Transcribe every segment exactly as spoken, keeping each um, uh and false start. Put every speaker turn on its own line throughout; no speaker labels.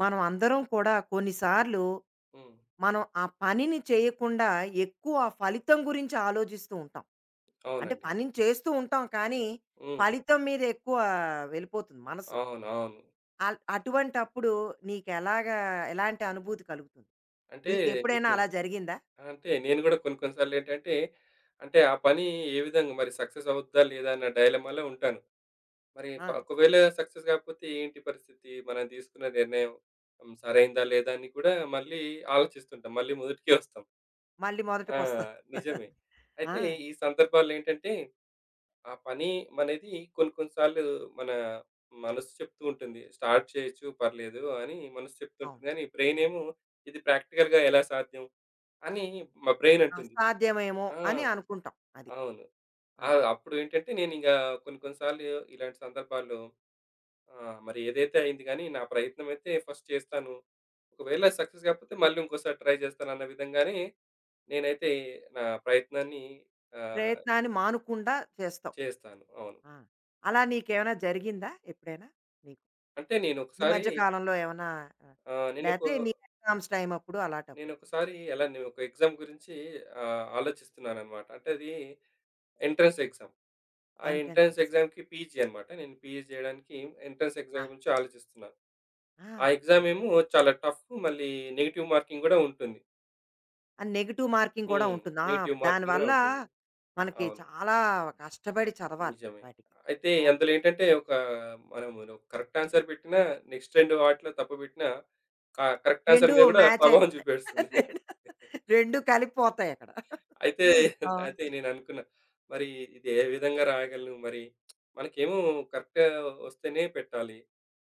మనం అందరం కూడా కొన్నిసార్లు
హ్మ్.
మనం ఆ పనిని చేయకుండా ఎక్కువ ఆ ఫలితం గురించి ఆలోచిస్తూ ఉంటాం. అంటే
అవునండి.
పనిని చేస్తూ ఉంటాం కానీ,
హ్మ్.
ఫలితం మీద ఎక్కువ వెళ్ళిపోతుంది మనసు.
అవును. అవును.
అల్ అటువంటప్పుడు నీకెలాగా ఎలాంటి అనుభూతి కలుగుతుంది?
అంటే
నీకెప్పుడైనా
నిజమే.
అలా జరిగిందా?
అంటే నేను గూడా కొన్ని కొన్ని సార్లేంటంటే, అంటే ఆ పని ఏ విధంగా మరి సక్సెస్ అవుద్దా? లేదా? అన్న డైలమాలో ఉంటాను. మరి
ఆ!
ఫ ఒకవేళ సక్సెస్ గాకపోతే ఏంటి పరిస్థితి? మనం తీసుకున్న నిర్ణయం హ్మ్. సరైందా? లేదా? అని కూడా మళ్ళీ ఆలోచిస్తుంటాం. మళ్ళీ మొదటికే వస్తాం.
మళ్ళీ
ఆ!
మొదటికొస్తాం.
నిజమే.
ఆ!
అయితే ఈ సందర్భాల్లో ఏంటంటే ఆ పని అనేది కొన్ని కొన్ని సార్లు మన మనసు చెప్తూ ఉంటుంది. స్టార్ట్ చేయొచ్చు పర్లేదు అని మనసు
అవును.
చెప్తుంటుంది గానీ, బ్రెయిన్
అదే.
ఏమో ఇది ప్రాక్టికల్‌గా ఎలా సాధ్యం అని మా బ్రెయిన్ అంటుంది.
అసాధ్యమేమో
ఆ!
అని అనుకుంటాం. అది.
అవును.
ఆ!
ఆహ్, అప్పుడు ఏంటంటే నేనింకా కొన్ని కొన్ని సార్లు ఇలాంటి సందర్భాల్లో ఆహ్, మరి ఏదైతే అయింది గానీ, నా ప్రయత్నం అయితే ఫస్ట్ చేస్తాను. ఒకవేళ సక్సెస్ కాకపోతే మళ్ళీ ఇంకోసారి ట్రై చేస్తానన్న విధంగానే నేనైతే నా ప్రయత్నాన్ని ఆహ్,
ప్రయత్నాన్ని మానకుండా చేస్తాం.
చేస్తాను. అవును.
ఆ! అలా నీకేమైనా జరిగిందా ఎప్పుడైనా? నీకు?
అంటే నేను
ఈ
ఒకసారి
మధ్య కాలంలో ఏమన్నా ఆహ్,
ఆ! నేనొక
లేతే నీ ఎగ్జామ్స్ టైమ్ అప్పుడు అలాటప్పుడు.
నేనొకసారి అలానే ఒక ఎగ్జామ్ గురించి ఆహ్, ఆలోచిస్తున్నాననమాట. అంటే అది ఎంట్రన్స్ ఎగ్జామ్. ఆ
ఎంట్రన్స్
ఎంట్రన్స్
ఎగ్జామ్.
ఎగ్జామ్‌కి పీజీ అనమాట. నేను పీజీ చేయడానికి ఎంట్రన్స్
ఆ!
ఎగ్జామ్ గురించి ఆలోచిస్తున్నాను.
ఆ!
ఆ ఎగ్జామ్
అది.
ఏమో చాలా టఫ్, మళ్ళీ నెగెటివ్ మార్కింగ్ గూడా ఉంటుంది.
ఆ నెగెటివ్ మార్కింగ్ కూడా
హ్మ్.
ఉంటుంది. ఆ!
నెగెటివ్ మార్కింగ్ గూడా
దానివల్ల
ఉంటుంది.
మనకి
అవును.
చాలా కష్టపడి చదవాలి
నిజమే.
వాటికి.
అయితే
అవును.
అందులో ఏంటంటే ఒక మనము కరెక్ట్ ఆన్సర్ పెట్టినా నెక్స్ట్ రెండు వాటిలో తప్పు పెట్టినా క కరెక్ట్ ఆన్సర్
రెండు
మీద గూడా
మ్యాచ్
ప్రభావం
అయిపోతాయి.
చూపేస్తుంది.
రెండు కలిపిపోతాయి అక్కడ.
అయితే
ఆ!
అయితే నేననుకున్నా, మరి ఇది ఏ విధంగా రాయగలను? మరి మనకేమో కరెక్ట్ వస్తేనే పెట్టాలి.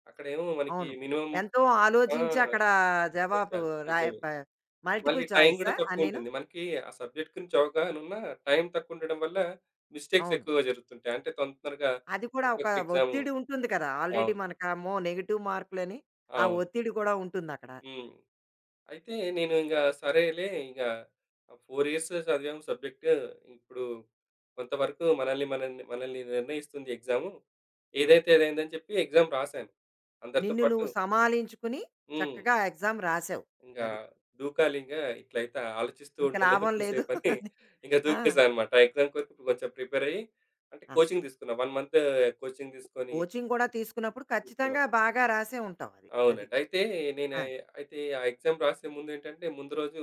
అక్కడేమో మనకి
అవును.
మినిమమ్
ఎంతో
ఆ!
ఆలోచించి అక్కడ జవాబు
పెట్టాలి.
రాయ
నిజమే.
ప
మళ్ళీ
మల్టిపుల్
టైం గూడా
చాయిసా అన్నీను?
తక్కువుంటుంది. మనకి ఆ సబ్జెక్ట్ గురించి అవగాహన ఉన్నా, టైం తక్కువుండడం వల్ల మిస్టేక్స్
అవును.
ఎక్కువగా జరుగుతుంటాయి. అంటే తొందరగా
అది కూడా ఒక
ఒక్కొక్క ఎగ్జాము
ఒత్తిడి ఉంటుంది కదా! ఆల్రెడీ
అవును.
మనకు అమ్మో! నెగెటివ్ మార్కులని, ఆ
అవును.
ఒత్తిడి కూడా ఉంటుందక్కడ.
హ్మ్. అయితే నేను ఇంక సరేలే ఇక నాలుగు ఇయర్స్ చదివాము సబ్జెక్ట్. ఇప్పుడు కొంతవరకు మనల్ని మనల్ని మనల్ని నిర్ణయిస్తుంది ఎగ్జాము.
అవును.
ఏదైతే అదైందని చెప్పి ఎగ్జామ్ రాశాను. అందరితో
నిన్ను
పాటు
నువ్వు సమాలించుకుని
హ్మ్.
చక్కగా ఎగ్జామ్ రాసావు.
ఇంకా
అది.
దూకాలి ఇంక, ఇట్లయితే ఆలోచిస్తూ
ఇంక
ఉండలే
లాభం లేదు
ఎక్కువసేపని
అని.
ఇంక
ఆ!
దూకేసా అనమాట. ఎగ్జామ్ కొరకు కొంచెం ప్రిపేర్ అయ్యి, అంటే
ఆహా!
కోచింగ్ తీసుకున్నా. ఒక మంత్ కోచింగ్ తీసుకొని
కోచింగ్ కూడా తీసుకున్నప్పుడు
తీసుకున్నా.
ఖచ్చితంగా బాగా రాసే ఉంటావు అది. అది.
అవునండి. అయితే నేను
ఆ!
ఐ- అయితే ఆ ఎగ్జామ్ రాసే ముందేంటంటే, ముందు రోజు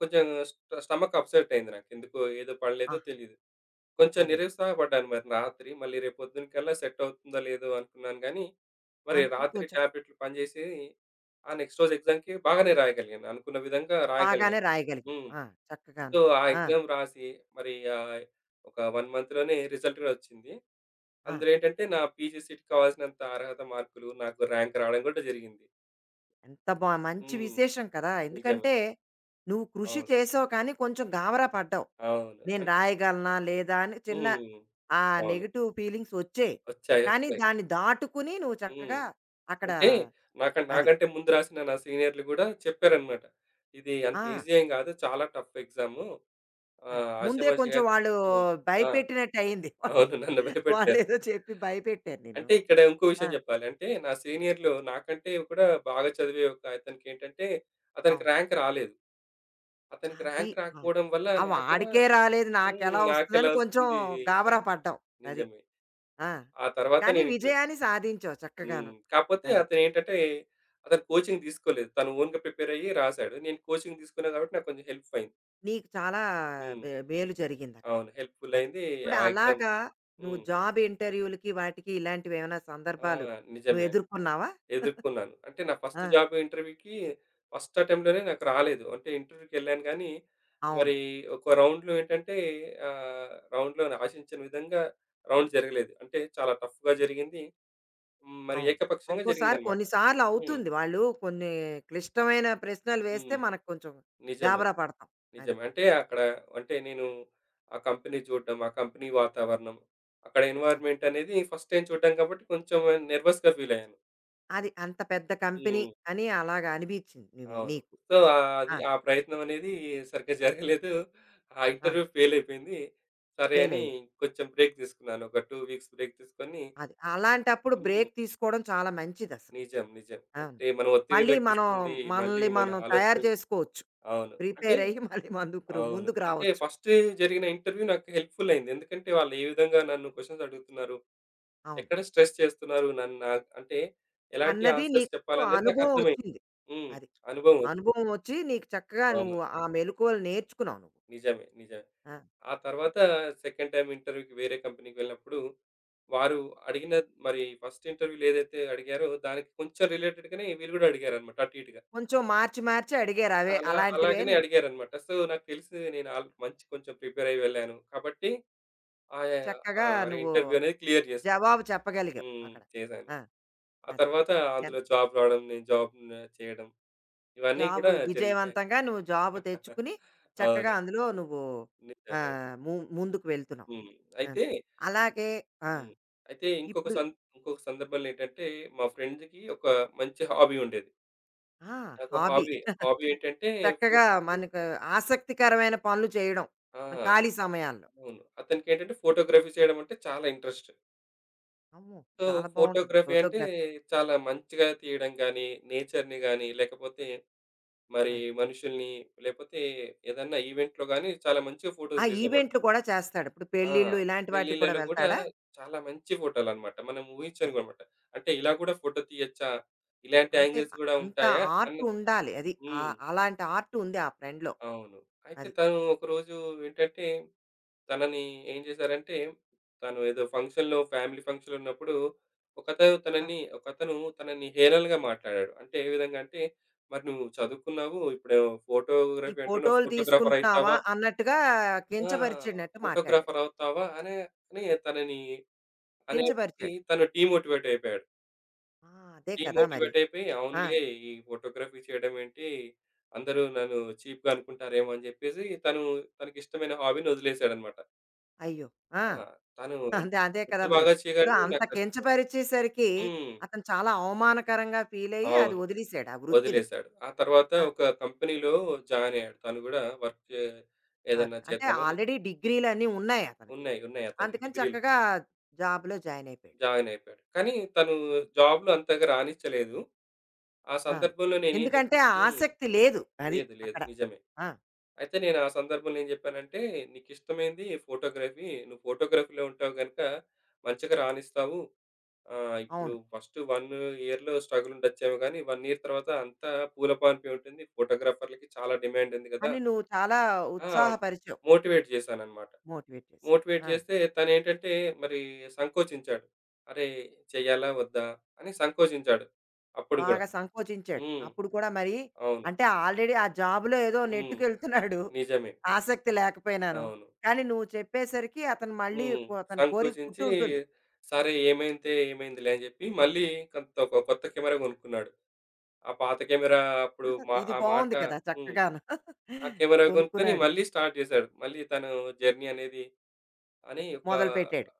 కొంచెం స్ట స్టమక్ అప్సెట్ అయింది నాకు. ఎందుకో ఏదో పడలేదో
ఆహా!
తెలీదు. కొంచెం
అదే.
నిరుత్సాహపడ్డాను మరి రాత్రి. మళ్ళీ రేపొద్దునకల్లా సెట్ అవుతుందో లేదో అనుకున్నాను గానీ, మరి
అనుకుని
రాత్రి
కొంచెం
టాబ్లెట్లు పనిచేసేవి. ఆ నెక్స్ట్ రోజు ఎగ్జామ్‌కి బాగానే రాయగలిగాను. అనుకున్న విధంగా
బాగానే
రాయగలిగాను.
రాయగలిగావు.
హ్మ్.
ఆ!
సో,
చక్కగాను.
ఆ
ఆ!
ఎగ్జామ్ రాసి మరి, ఆహ్, ఒక 1 మంత్‌లోనే రిజల్ట్ గూడా వచ్చింది.
ఆ!
అందులో ఏంటంటే, నా పీజీ సీట్‌కి కావాల్సినంత అర్హత మార్కులు, నాకు ర్యాంక్ రావడం గూడా జరిగింది.
ఎంత బా మంచి
హ్మ్.
విశేషం కదా!
నిజమే.
ఎందుకంటే, నువ్వు కృషి
అవును.
చేసావు కానీ కొంచెం గాబరా పడ్డావు.
అవును.
నేను
అన్
రాయగలనా లేదా అని చిన్న
హ్మ్.
ఆ
అవును.
నెగెటివ్ ఫీలింగ్స్ వచ్చాయి.
వచ్చాయి.
కానీ
వచ్చాయి.
దాన్ని దాటుకుని నువ్వు
హ్మ్.
చక్కగా అక్కడ
అంటే నాక
అది.
నాకంటే ముందు రాసిన నా సీనియర్‌లు గూడా చెప్పారనమాట. "ఇది అంత
ఆ!
ఈజీ ఏం గాదు. చాలా టఫ్ ఎగ్జాము.
అని.
ఆహ్,
ముందే
ఆషామాషీగా."
కొంచెం వాళ్ళు
హ్మ్. ఆ!
భయపెట్టినట్టు అయింది. వాళ్ళు
అవును. నన్ను భయపెట్టారు.
వాళ్ళేదో చెప్పి భయపెట్టారు నిన్ను.
అంటే ఇక్కడ ఇంకో
ఆ!
విషయం జెప్పాలి. అంటే నా సీనియర్‌లు నాకంటే కూడా బాగా చదివే ఒక అతనికేంటంటే, అతనికి
అవును.
ర్యాంక్ రాలేదు. అతనికి
అది.
ర్యాంక్
ఆ!
రాకపోవడం వల్ల
ఆ!
నాకు కూడా
వాడికే రాలేదు
హ్మ్.
నాకెలా
నాకెలా
వస్తదని కొంచెం
వస్తుంది అని,
గాబరా పడ్డావు. అది.
నిజమే.
ఆ!
ఆ తర్వాత
కానీ
నేనింక
విజయాన్ని సాధించావు చక్కగాను.
హ్మ్. కాకపోతే
అది.
అతనేంటంటే, అతను కోచింగ్ తీసుకోలేదు. తను ఓన్‌గా ప్రిపేర్ అయ్యి రాసాడు. నేను కోచింగ్ తీసుకున్నా కాబట్టి నాకు కొంచెం హెల్ప్ అయింది.
నీకు చాలా
హ్మ్.
వే మేలు జరిగిందక్కడ.
అవును. హెల్ప్‌ఫుల్
అది.
అయింది.
ఇప్పుడు
ఆ ఎగ్జామ్
అలాగా నువ్వు
హ్మ్.
జాబ్ ఇంటర్వ్యూలకి, వాటికి ఇలాంటివేమైనా
ఆ!
సందర్భాలు నువ్వు
నిజమే అండి.
ఎదుర్కొన్నావా?
ఎదుర్కొన్నాను. అంటే నా ఫస్ట్
ఆ!
జాబ్ ఇంటర్వ్యూకి ఫస్ట్ అటెంప్ట్‌లోనే నాకు రాలేదు. అంటే ఇంటర్వ్యూకెళ్ళాను గానీ,
అవును.
మరి ఒక రౌండ్‌లో ఏంటంటే ఆహ్, రౌండ్‌లో ఆశించిన విధంగా రౌండ్ జరగలేదు. అంటే చాలా టఫ్‌గా జరిగింది. హ్మ్. మరి
అవును.
ఏకపక్షంగా
ఒక్కోసారి
జరిగిందన్నమాట.
కొన్ని సార్లు
హ్మ్.
అవుతుంది. వాళ్ళు కొన్ని క్లిష్టమైన ప్రశ్నలు వేస్తే
హ్మ్.
మనకు కొంచెం
నిజమే.
గాబరా పడతాం. అది.
నిజమే. అంటే అక్కడ అంటే నేను ఆ కంపెనీ చూడడం, ఆ కంపెనీ వాతావరణం, అక్కడ
ఆ!
ఎన్వైర్న్‌మెంట్ అనేది ఫస్ట్ టైమ్ చూడడం కాబట్టి కొంచెం నెర్వస్‌గా ఫీల్ అయ్యాను.
అది అంత పెద్ద కంపెనీ
హ్మ్.
అని అలాగా అనిపించింది నువ్వు
అవును.
నీకు.
సో, ఆహ్,
ఆ!
అది ఆ ప్రయత్నం అనేది సరిగ్గా జరగలేదు. ఆ
ఆ!
ఇంటర్వ్యూ ఫెయిల్ అయిపోయింది. సరే అని
ఫెయిలయ్యావు.
కొంచెం బ్రేక్ తీసుకున్నాను. ఒక రెండు వీక్స్ బ్రేక్ తీసుకొని,
అది. అలాంటప్పుడు
హ్మ్.
బ్రేక్ తీసుకోవడం చాలా మంచిదసలు.
నిజం. నిజం.
అవును.
అంటే మనం ఒత్తిడి
మళ్ళీ మనం
తగ్గిస్తుంది. మళ్ళీ
మనల్ని
మన
మనం తయారు
ఆలోచనలు
చేసుకోవచ్చు.
అవును. అంటే
ప్రిపేర్ అయ్యి మళ్ళీ మందుకు
అవును.
ముందుకు
అంటే
రావచ్చు.
ఫస్ట్ జరిగిన ఇంటర్వ్యూ నాకు హెల్ప్‌ఫుల్ అయింది. ఎందుకంటే వాళ్ళు ఏ విధంగా నన్ను క్వెషన్స్ అడుగుతున్నారు,
అవును.
ఎక్కడ స్ట్రెస్ చేస్తున్నారు నన్ను నా అంటే ఎలాంటి
అన్నది
ఆన్సర్స్
నీకు
చెప్పాలనేది నాకు
అనుభవం
అర్థమైంది.
వచ్చింది.
హ్మ్.
అది.
అనుభవం వచ్చింది.
అనుభవం వచ్చి నీకు చక్కగా
అవును.
నువ్వు ఆ మెళకువలు నేర్చుకున్నావు నువ్వు.
నిజమే. నిజమే.
ఆ!
ఆ తర్వాత సెకండ్ టైమ్ ఇంటర్వ్యూకి వేరే కంపెనీకి వెళ్ళినప్పుడు వారు అడిగిన మరి ఫస్ట్ ఇంటర్వ్యూలో ఏదైతే అడిగారో దానికి కొంచెం రిలేటెడ్ గానే వీళ్ళు గూడా అడిగారన్నమాట అటు ఇటుగా.
కొంచెం మార్చి మార్చి అడిగారు అవే
అలా
అలాంటివే
అలాగనే
నువ్వు
అడిగారన్నమాట. సో నాకు తెలిసి నేను ఆల్ మంచి కొంచెం ప్రిపేర్ అయ్యి వెళ్ళాను. కాబట్టి ఆ!
చక్కగా
ఆహ్,
నువ్వు
ఇంటర్వ్యూ అనేది క్లియర్ చేశాను.
జవాబు చెప్పగలిగావు
హ్మ్.
అక్కడ.
చేశాను.
ఆ!
ఆ
అది.
తర్వాత
ఎన్
అందులో జాబ్ రావడం, నేను జాబ్ చేయడం ఇవన్నీ
జాబు
కూడా జరిగిపోయాయి.
విజయవంతంగా నువ్వు జాబ్ తెచ్చుకుని చక్కగా
అవును.
అందులో నువ్వు ఆ,
నిజమే.
ము- ముందుకు వెళ్తున్నావు
హ్మ్.
అది.
అయితే
అలాగే ఆ,
హ్మ్. అయితే ఇంకొక
ఇప్పుడు
సం ఇంకొక సందర్భంలో ఏంటంటే మా ఫ్రెండ్‌కి ఒక మంచి హాబీ ఉండేది. ఒక
హాబీ
హాబీ హాబీ ఏంటంటే ఫో
చక్కగా మనకు ఆసక్తికరమైన పనులు చేయడం
ఆ!
మన ఖాళీ సమయాల్లో
అవును. అతనికేంటంటే ఫోటోగ్రఫీ చేయడం అంటే చాలా ఇంట్రెస్ట్.
అమ్మో
సో,
చాలా బాగుంటుంది
ఫోటోగ్రఫీ అంటే
ఫోటోగ్రఫీ
చాలా మంచిగా తీయడం గాని, నేచర్‌ని గాని లేకపోతే మరి
ఆ
మనుషుల్ని లేపోతే ఏదన్నా ఈవెంట్‌లో గాని చాలా మంచిగా
ఆ,
ఫోటోస్ తీసేవాడు.
ఈవెంట్లు కూడా చేస్తాడు ఇప్పుడు
ఆ!
పెళ్ళిళ్ళు ఇలాంటి వాటికి కూడా
పెళ్ళిళ్ళలో గూడా
వెళ్తాడా
చాలా మంచి ఫోటోలనమాట. మనం
అది
ఊహించనివనమాట. అంటే ఇలా గూడా ఫోటో తీయొచ్చా? ఇలాంటి
అంటే
యాంగిల్స్ గూడా
అంత
ఉంటాయా? అన్న
ఆర్ట్ ఉండాలి అది
హ్మ్.
ఆ- అలాంటి ఆర్ట్ ఉంది ఆ ఫ్రెండ్లో
అవును. అయితే
అది
తను ఒకరోజు ఏంటంటే, తనని ఏం చేశారంటే, తను ఏదో ఫంక్షన్‌లో ఫ్యామిలీ ఫంక్షన్‌లో ఉన్నప్పుడు, ఒకతను తనని ఒకతను తనని హేళనగా మాట్లాడాడు. అంటే ఏ విధంగా అంటే, "మరి నువ్వు చదువుకున్నావు. ఇప్పుడు
ఈ
ఫోటోగ్రఫీ అంటున్నావు.
ఫోటోలు
ఫోటోగ్రాఫర్
తీసుకుంటున్నావా
అయితావా?
అన్నట్టుగా
ఆ!
కించపరిచినట్టు మాట్లాడాడు.
ఫోటోగ్రాఫర్ అవుతావా?" అనే అని తనని అనేసి
కించపరిచాడు.
తను డీమోటివేట్ అయిపోయాడు.
ఆ! అదే కదా మరి.
డీమోటివేట్ అయిపోయి,
ఆ!
అవునులే ఈ ఫోటోగ్రఫీ చేయడం ఏంటి, అందరూ నన్ను చీప్‌గా అనుకుంటారేమో అని జెప్పేసి తను తనకిష్టమైన హాబీని వదిలేసాడన్నమాట.
అయ్యో! ఆ!
ఆ! తను
అదే, అదే
ఎంత
కదా మరి.
బాగా
ఇప్పుడు
చేయగలడో
అంత
నాకు
కించపరిచేసరికి
హ్మ్.
అతను చాలా అవమానకరంగా ఫీలయ్యి అది
అవును.
వదిలేసాడు ఆ వృత్తిని.
వదిలేసాడు. ఆ తర్వాత
ఆ!
ఒక కంపెనీలో జాయిన్ అయ్యాడు. తను గూడా వర్క్ చే
పార్ట్
ఏదన్నా
అంటే
చేద్దామని
ఆల్రెడీ డిగ్రీలన్నీ ఉన్నాయి అతనికి.
ఉన్నాయి. ఉన్నాయి అతనికి
అందుకని
డిగ్రీలు.
చక్కగా జాబ్‌లో జాయిన్ అయిపోయాడు.
జాయిన్ అయిపోయాడు. కానీ తను
ఆ!
జాబ్‌లో అంతగా రాణించలేదు. ఆ
ఆ!
సందర్భంలో నేనేం జెప్
ఎందుకంటే ఆ
హ్మ్.
ఆసక్తి లేదు. అది
లేదు. లేదు.
అక్కడ.
నిజమే.
ఆ!
అయితే నేను ఆ సందర్భంలో ఏం చెప్పానంటే, "నీకిష్టమైంది ఫోటోగ్రఫీ. నువ్వు ఫోటోగ్రఫీలో ఉంటావు గనుక మంచిగా రాణిస్తావు. ఆహ్, ఇప్పుడు
అవును.
ఫస్ట్ ఒక ఇయర్‌లో స్ట్రగుల్ ఉండొచ్చేమో గానీ, ఒక ఇయర్ తర్వాత అంతా పూల పాన్పే ఉంటుంది. ఫోటోగ్రాఫర్‌లకి చాలా డిమాండ్ ఉంది గదా!"
అని నువ్వు చాలా
ఆ!
ఉత్సాహపరిచావు.
మోటివేట్ చేశానన్నమాట.
మోటివేట్ చేసావు.
మోటివేట్
ఆ!
చేస్తే తనేంటంటే మరి సంకోచించాడు. "అరే! చెయ్యాలా? వద్దా?" అని సంకోచించాడు. అప్పుడు గూడా.
బాగా సంకోచించాడు.
హ్మ్.
అప్పుడు కూడా మరి
అవును.
అంటే ఆల్రెడీ ఆ జాబ్‌లో ఏదో
హ్మ్.
నెట్టుకెళ్తున్నాడు
నిజమే.
ఆసక్తి లేకపోయినాను.
అవును.
కానీ నువ్వు చెప్పేసరికి అతను మళ్ళీ
హ్మ్.
కొ అతని కోరిక పుట్టి
సంకోచించి
ఉంటుంది.
సరే ఏమైందే ఏమైందిలే అని జెప్పి మళ్ళీ కొంత ఒక కొత్త కెమెరా గొనుక్కున్నాడు. ఆ పాత కెమెరా అప్పుడు
ఆ!
మా
ఇది
ఆ మాట
బావుంది కదా!
హ్మ్.
చక్కగాను.
ఆ కెమెరా గొనుక్కొని
కొనుక్కున్నాడు.
మళ్ళీ స్టార్ట్ జేశాడు. మళ్ళీ తను జర్నీ అనేది అని ఒక
మొదలుపెట్టాడు.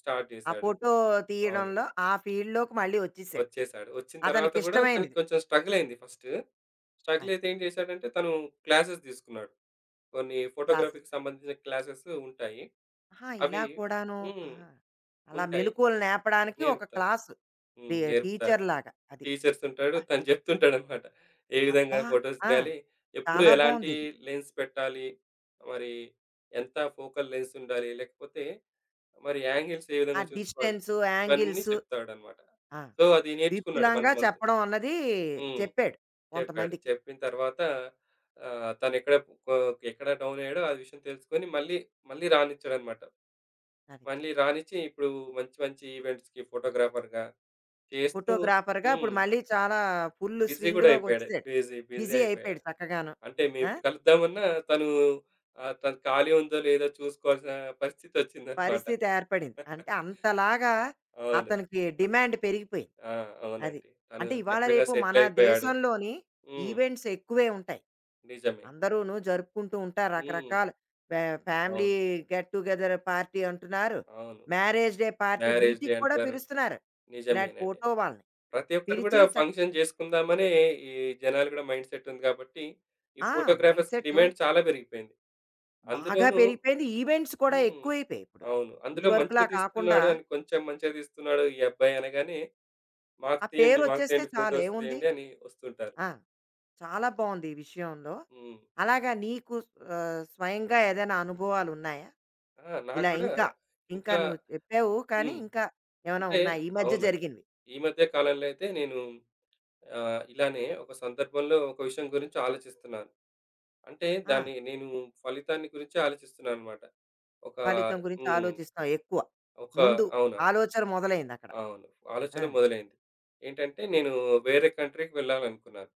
స్టార్ట్
ఆ
జేశాడు.
ఫోటో
అవును.
తీయడంలో ఆ ఫీల్డ్‌లోకి మళ్ళీ వచ్చేసాడు.
వచ్చేసాడు. వచ్చిన తర్వాత గూడా తనకి
అతనికిష్టమైనది.
కొంచెం స్ట్రగుల్ అయింది ఫస్ట్. స్ట్రగుల్
అది
అయితే ఏం చేశాడంటే తను క్లాసెస్ తీసుకున్నాడు. కొన్ని
క్లాసెస్.
ఫోటోగ్రఫీకి సంబంధించిన క్లాసెస్ ఉంటాయి.
ఆహా! ఇలా
అవి
కూడాను.
హ్మ్.
ఆహా! అలా
ఉంటాయి.
మెలుకువలు నేర్పడానికి ఒక
నేర్పుతారు.
క్లాసు. టీ
హ్మ్. నేర్పుతారు.
టీచర్‌లాగా అది.
టీచర్స్ ఉంటాడు. తను చెప్తుంటాడనమాట. ఏ విధంగా
అబ్బా!
ఫోటోస్
ఆ! అబ్బా,
తీయాలి? ఎప్పుడు
చాలా
ఎలాంటి
బావుందిది.
లెన్స్ పెట్టాలి? మరి ఎంత ఫోకల్ లెన్స్ ఉండాలి? లేకపోతే మరి యాంగిల్స్ ఏ
ఆ
విధంగా చూసుకోవాలి?
డిస్టెన్సు,
ఇవన్నీ
యాంగిల్సు
చెప్తాడనమాట.
ఆ!
సో, అది నేర్చుకున్నాడు ఒక
విపులంగా
మంత్.
చెప్పడం అన్నది
హ్మ్.
చెప్పాడు
చెప్పాడు.
కొంతమందికి.
చెప్పిన తర్వాత ఆహ్, తనెక్కడ కొ ఎక్కడ డౌన్ అయ్యాడో ఆ విషయం తెలుసుకొని మళ్ళీ, మళ్ళీ రానిచ్చాడనమాట.
అది.
మళ్ళీ రానిచ్చి ఇప్పుడు మంచి మంచి ఈవెంట్స్‌కి ఫోటోగ్రాఫర్‌గా చేస్తూ
ఫోటోగ్రాఫర్‌గా ఇప్పుడు
హ్మ్.
మళ్ళీ చాలా ఫుల్
బిజీ గూడా అయిపోయాడు.
స్వింగ్‌లోకొచ్చేసాడు.
బిజీ, బిజీ
బిజీ అయిపోయాడు
అయిపోయాడు.
చక్కగాను.
అంటే మేము
ఆ!
ఇప్పుడు కలుద్దామన్నా తను ఆహ్, తను ఖాళీ ఉందో లేదో చూసుకోవాల్సిన పరిస్థితొచ్చిందనమాట.
పరిస్థితి ఏర్పడింది. అంటే అంతలాగా
అవును.
అతనికి డిమాండ్ పెరిగిపోయింది.
ఆ!
అది.
అవునండి. తను
అంటే ఇవాళ
చక్కగా
రేపు మన
సెటిలయిపోయాడు.
దేశంలోని
హ్మ్.
ఈవెంట్స్ ఎక్కువే ఉంటాయి.
నిజమే.
అందరూను జరుపుకుంటూ ఉంటారు.
హ్మ్.
రకరకాల ఫ్యా ఫ్యామిలీ
అవును.
గెట్ టుగెదర్ పార్టీ అంటున్నారు.
అవును.
Marriage day party
marriage day
వీటికి కూడా
అంటారు.
పిలుస్తున్నారు. ఇలాంటి
నిజమేనండి.
ఫోటో వాళ్ళని.
ప్రతి ఒక్కరు గూడా
పిలిచి చక్
ఫంక్షన్ జేసుకుందామనే ఈ జనాలు గూడా మైండ్ సెట్ ఉంది గాబట్టి, ఈ
ఆ! మైండ్
ఫోటోగ్రాఫర్స్‌కి
సెట్
డిమాండ్ చాలా పెరిగిపోయింది.
బాగా
అందులోనూ
పెరిగిపోయింది. ఈవెంట్స్ కూడా
హ్మ్.
ఎక్కువైపోయాయి ఇప్పుడు.
అవును. అందులో
ఇదివరకులా
మంచిగా
కాకుండా
తీస్తున్నాడు అని కొంచెం మంచిగా తీస్తున్నాడు ఈ అబ్బాయి అనగానే, మాకు
ఆ
తీయండి, మాకు
పేరొచ్చేస్తే
తీయండి
చాలు
ఫోటోస్
ఏముంది.
తీయండి అని వస్తుంటారు.
ఆ! చాలా బావుంది ఈ విషయంలో.
హ్మ్.
అలాగా నీకు ఆహ్, స్వయంగా ఏదైనా అనుభవాలున్నాయా?
ఆ! నాకు
ఇలా
కూడా
ఇంకా, ఇంకా
ఇంకా
నువ్వు చెప్పావు కానీ
హ్మ్.
ఇంకా ఏమైనా
అంటే
ఉన్నాయా? ఈ మధ్య
అవునండి.
జరిగినవి?
ఈ మధ్య కాలంలో అయితే నేను ఆహ్, ఇలానే ఒక సందర్భంలో ఒక విషయం గురించి ఆలోచిస్తున్నాను. అంటే
ఆ!
దాన్ని నేను ఫలితాన్ని గురించి ఆలోచిస్తున్నానన్నమాట. ఒక
ఫలితం గురించి
హ్మ్.
ఆలోచిస్తాం ఎక్కువ.
ఒక
ముందు
అవునవును.
ఆలోచన మొదలైందక్కడ.
అవును.
ఆ!
ఆలోచన మొదలైంది. ఏంటంటే నేను వేరే కంట్రీకి వెళ్ళాలనుకున్నాను.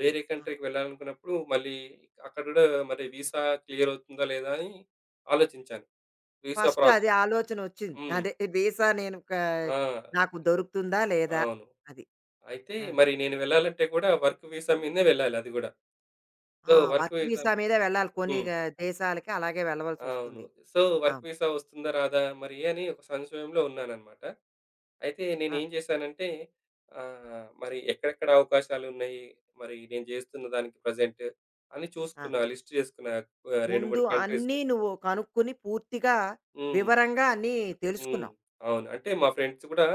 వేరే కంట్రీకి
ఆహా!
వెళ్ళాలనుకున్నప్పుడు మళ్ళీ అక్కడ గూడా మరి వీసా క్లియర్ అవుతుందా లేదా అని ఆలోచించాను. వీసా
ఫస్ట్
ప్రాసెస్
అది ఆలోచనొచ్చింది.
హ్మ్.
అదే వీసా నేను క
ఆ!
నాకు దొరుకుతుందా? లేదా?
అవును.
అది.
అయితే
ఆ!
మరి నేను వెళ్ళాలంటే కూడా వర్క్ వీసా మీదనే వెళ్ళాలి అది గూడా. సో,
ఆ! Work
work
work
visa
visa మీద వెళ్ళాలి. కొన్ని
హ్మ్.
గ దేశాలకి అలాగే
అవును.
వెళ్ళవలసొస్తుంది.
సో, వర్క్
అవును.
వీసా వస్తుందా రాదా మరి అని ఒక సంశయంలో ఉన్నానన్నమాట. అయితే
ఆ! ఆ!
నేనేం చేశానంటే ఆహ్, మరి ఎక్కడెక్కడ అవకాశాలున్నాయి, మరి నేను చేస్తున్న దానికి ప్రెజెంట్ అని
ఆ.
చూసుకున్నా, లిస్ట్ చేసుకున్నా. ఆహ్, రెండు,
ముందు
మూడు కంట్రీస్.
అన్నీ నువ్వు కనుక్కొని పూర్తిగా
హ్మ్.
వివరంగా అన్నీ
హ్మ్.
తెలుసుకున్నావు.
అవును. అంటే మా ఫ్రెండ్స్ గూడా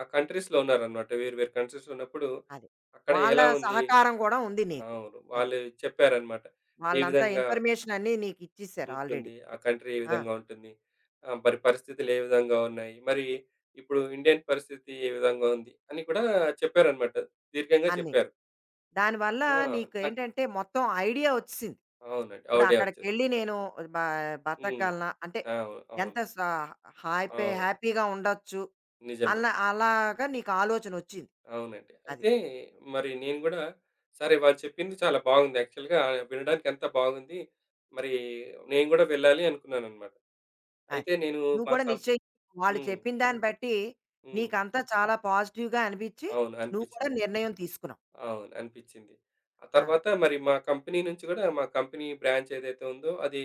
ఆ కంట్రీస్‌లో ఉన్నారనమాట. వేరు వేరు కంట్రీస్‌లో ఉన్నప్పుడు
అది.
అక్కడ
వాళ్ళ
ఎలా ఉంది
సహకారం కూడా ఉంది నీకు.
అవును.
అది.
వాళ్ళు చెప్పారనమాట. ఏ
వాళ్ళంతా
విధంగా
ఇన్ఫర్మేషన్ అన్నీ నీకిచ్చేసారు ఆల్రెడీ.
ఉంటుంది, ఆ కంట్రీ ఏ
ఆ!
విధంగా ఉంటుంది, ఆహ్, మరి పరిస్థితులు ఏ విధంగా ఉన్నాయి, మరి ఇప్పుడు ఇండియన్ పరిస్థితి ఏ విధంగా ఉంది అని కూడా చెప్పారనమాట. దీర్ఘంగా
అన్నీ.
చెప్పారు.
దానివల్ల
ఆ! నాకు
నీకేంటంటే మొత్తం ఐడియా వచ్చేసింది.
అవునండి.
ఇప్పుడు
ఓడియా వచ్చేసింది.
అక్కడికెళ్ళి నేను బ
హ్మ్.
బతకగలనా? అంటే
అవును.
ఎంత
అవును.
స హాయిపే
అవును.
హ్యాపీగా ఉండొచ్చు.
నిజమే.
అలా అలాగా నీకు ఆలోచనొచ్చింది.
అవునండి.
అది.
అయితే మరి నేను గూడా సరే వాళ్ళు చెప్పింది చాలా బాగుంది. యాక్చువల్‌గా వినడానికి అంతా బాగుంది. మరి నేను గూడా వెళ్ళాలి అనుకున్నానన్నమాట.
అది.
అయితే నేను
నువ్వు
మా
కూడా
సం
నిశ్చయి వాళ్ళు
హ్మ్.
చెప్పిన దాన్ని బట్టి
హ్మ్.
నీకంతా చాలా పాజిటివ్‌గా అనిపిచ్చి
అవును.
నువ్వు కూడా
అనిపిచ్చింది.
నిర్ణయం తీసుకున్నావు.
అవును. అనిపిచ్చింది. ఆ
ఆ!
తర్వాత మరి మా కంపెనీ నుంచి గూడా మా కంపెనీ బ్రాంచ్ ఏదైతే ఉందో అది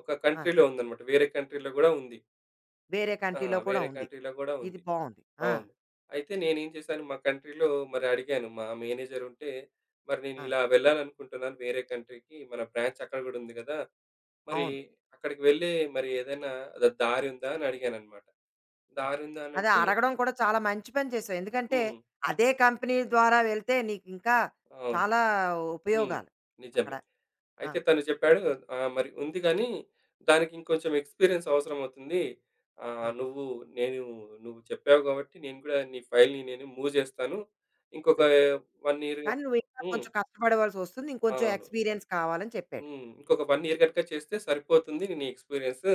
ఒక
ఆ!
కంట్రీలో ఉందన్నమాట. వేరే కంట్రీలో గూడా ఉంది.
వేరే
ఆ!
కంట్రీలో కూడా
వేరే
ఉంది.
కంట్రీలో గూడా
ఇది
ఉంది.
బావుంది. ఆ!
అవును. అయితే నేనేం చేశాను మా కంట్రీలో మరి అడిగాను. మా మేనేజర్ ఉంటే, "మరి నేను
ఆ!
ఇలా వెళ్ళాలనుకుంటున్నాను వేరే కంట్రీకి. మన బ్రాంచ్ అక్కడ గూడా ఉంది గదా! మరి
అవును.
అక్కడికి వెళ్ళే మరి ఏదైనా ద దారి ఉందా?" అని అడిగాననమాట.
అది.
దారి ఉందా
అదే
అనంటే
అడగడం కూడా చాలా మంచి పని చేసావు. ఎందుకంటే
హ్మ్.
అదే కంపెనీ ద్వారా వెళ్తే నీకు ఇంకా
అవును.
చాలా
హ్మ్.
ఉపయోగాలు అక్కడ.
నిజమే.
ఆ!
అయితే తను చెప్పాడు, "ఆహ్, మరి ఉంది గానీ, దానికి ఇంకొంచెం ఎక్స్‌పీరియన్స్ అవసరమవుతుంది.
ఆ!
ఆహ్, నువ్వు నేను నువ్వు చెప్పావు గాబట్టి, నేను గూడా నీ ఫైల్‌ని నేను మూవ్ జేస్తాను. ఇంకొక
అది.
ఒక ఇయర్."
కానీ నువ్వు ఇంకా
హ్మ్.
కొంచెం కష్టపడవలసి వస్తుంది. ఇంకొంచెం
అవును.
ఎక్స్‌పీరియన్స్ కావాలని చెప్పాడు.
హ్మ్. ఇంకొక ఒక ఇయర్ గనుక చేస్తే సరిపోతుంది నీ ఎక్స్‌పీరియన్స్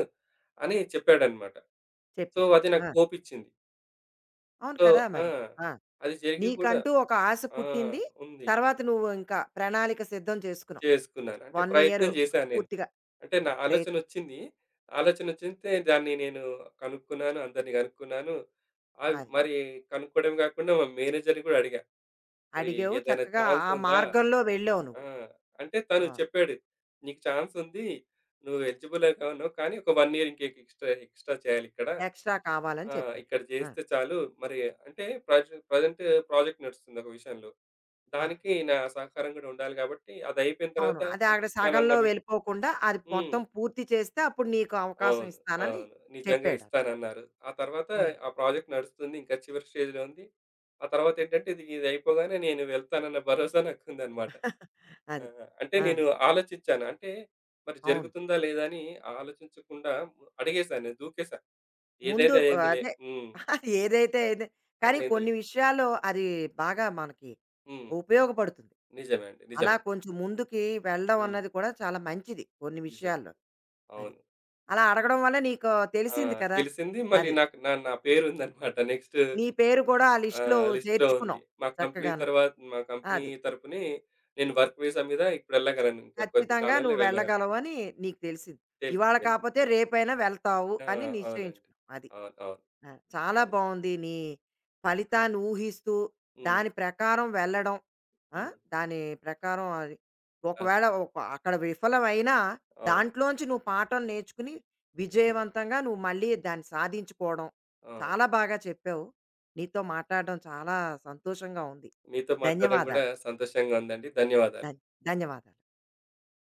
అని చెప్పాడన్నమాట. సో,
చెప్పాడు.
అది నాకు
ఆ!
హోపిచ్చింది.
అవును
సో
కదా!
ఆ!
మరి. ఆ!
అది జరిగి గూడా
నీకంటూ ఒక ఆశ
ఆ!
పుట్టింది.
ఉంది.
తర్వాత నువ్వు ఇంకా ప్రణాళిక సిద్ధం చేసుకున్నావు.
చేసుకున్నాను. అంటే
ఒక ఇయర్
ప్రయత్నం చేశాను నేను.
పూర్తిగా.
అంటే
ఆ!
నా
ప్రయత్నం.
ఆలోచనొచ్చింది. ఆలోచనొచ్చితే దాన్ని నేను కనుక్కున్నాను. అందరిని కనుక్కున్నాను. ఆహ్,
అది.
మరి కనుక్కోవడమే కాకుండా మా మేనేజర్‌ని కూడా అడిగా. "మరి
అడిగావు
ఏదైనా
చక్కగా
ఛాన్స్
ఆ
ఉందా?"
మార్గంలో వెళ్ళావు
ఆ!
నువ్వు.
అంటే తను
ఆ!
చెప్పాడు. "నీకు ఛాన్స్ ఉంది. నువ్వు ఎలిజిబుల్ కానువు. కానీ ఒక 1 ఇయర్ ఇంక ఎక్స్‌ట్రా ఎక్స్‌ట్రా చేయాలిక్కడ.
ఎక్స్‌ట్రా కావాలని
ఆ!
చెప్పాడు.
ఇక్కడ
ఆ!
చేస్తే చాలు. మరి" అంటే ప్రజ ప్రజెంట్ ప్రాజెక్ట్ నడుస్తుంది ఒక విషయంలో.
ఆ!
దానికి నా సహకారం కూడా ఉండాలి కాబట్టి, అదయిపోయిన
అవును.
తర్వాత
అది అక్కడ
పంపిస్తానన్న
సగంలో
వి
వెళ్ళిపోకుండా అది
హ్మ్.
మొత్తం పూర్తి చేస్తే అప్పుడు నీకు
అవును.
అవకాశం ఇస్తానని
అవును. నిజంగా
చెప్పాడు.
ఇస్తానన్నారు. ఆ తర్వాత
హ్మ్.
ఆ ప్రాజెక్ట్ నడుస్తుంది. ఇంకా చివరి స్టేజ్‌లో ఉంది. ఆ తర్వాతేంటంటే ఇది ఇది అయిపోగానే నేను వెళ్తానన్న భరోసా నాకుందనమాట. ఆ!
అది.
అంటే
ఆ!
నేను ఆలోచించాను. అంటే మరి
అవును.
జరుగుతుందా లేదా అని ఆలోచించకుండా అడిగేసాను. నేను దూకేసా.
ముందు
ఏదైతే
ఆ,
అయిందిలే.
అదే
హ్మ్.
అది ఏదైతే ఏది కానీ
అదైందిలే.
కొన్ని విషయాల్లో అది బాగా మనకి
హ్మ్.
ఉపయోగపడుతుంది.
నిజమే అండి.
అలా
నిజమే.
కొంచెం ముందుకి వెళ్ళడం
హ్మ్.
అన్నది కూడా చాలా మంచిది కొన్ని
నిజమే.
విషయాల్లో. అది.
అవును.
అలా అడగడం వల్ల నీకు
ఆ!
తెలిసింది కదా!
తెలిసింది మళ్ళీ
అది.
నాకు నా నా పేరుందనమాట నెక్స్ట్
నీ పేరు కూడా ఆ లిస్ట్‌లో
ఆహ్, లిస్ట్‌లో ఉంది.
చేర్చుకున్నావు
మా కంపెనీ
చక్కగాను.
తర్వాత మా కంపెనీ
అది.
తరపునే నేను వర్క్ వీసా మీద ఇప్పుడు వెళ్ళగలను. ఇంకా కొద్ది
ఖచ్చితంగా
కాలంలో
నువ్వు
వెళ్ళగలను.
వెళ్ళగలవని నీకు తెలిసింది. ఇవాళ
తేలిపోయింది.
కాపోతే రేపైనా వెళ్తావు
ఆ!
అని
అవునండి.
నిశ్చయించుకున్నావు. అది.
అవును. అవును.
ఆ!
ఆ
చాలా
విధంగా.
బావుంది నీ ఫలితాన్ని ఊహిస్తూ,
హ్మ్.
దాని ప్రకారం వెళ్ళడం. ఆ!
హ్మ్.
దాని ప్రకారం అది
అన్
ఒకవేళ ఒక అక్కడ విఫలమైనా
అవును.
దాంట్లోంచి నువ్వు పాఠం నేర్చుకుని
నిజమే.
విజయవంతంగా నువ్వు మళ్ళీ దాన్ని సాధించుకోవడం.
ఆ!
చాలా బాగా చెప్పావు. నీతో మాట్లాడడం చాలా సంతోషంగా ఉంది.
మీతో మాట్లాడడం కూడా
ధన్యవాదాలు.
సంతోషంగా ఉందండి. ధన్యవాదాలు.
ధన్ ధన్యవాదాలు.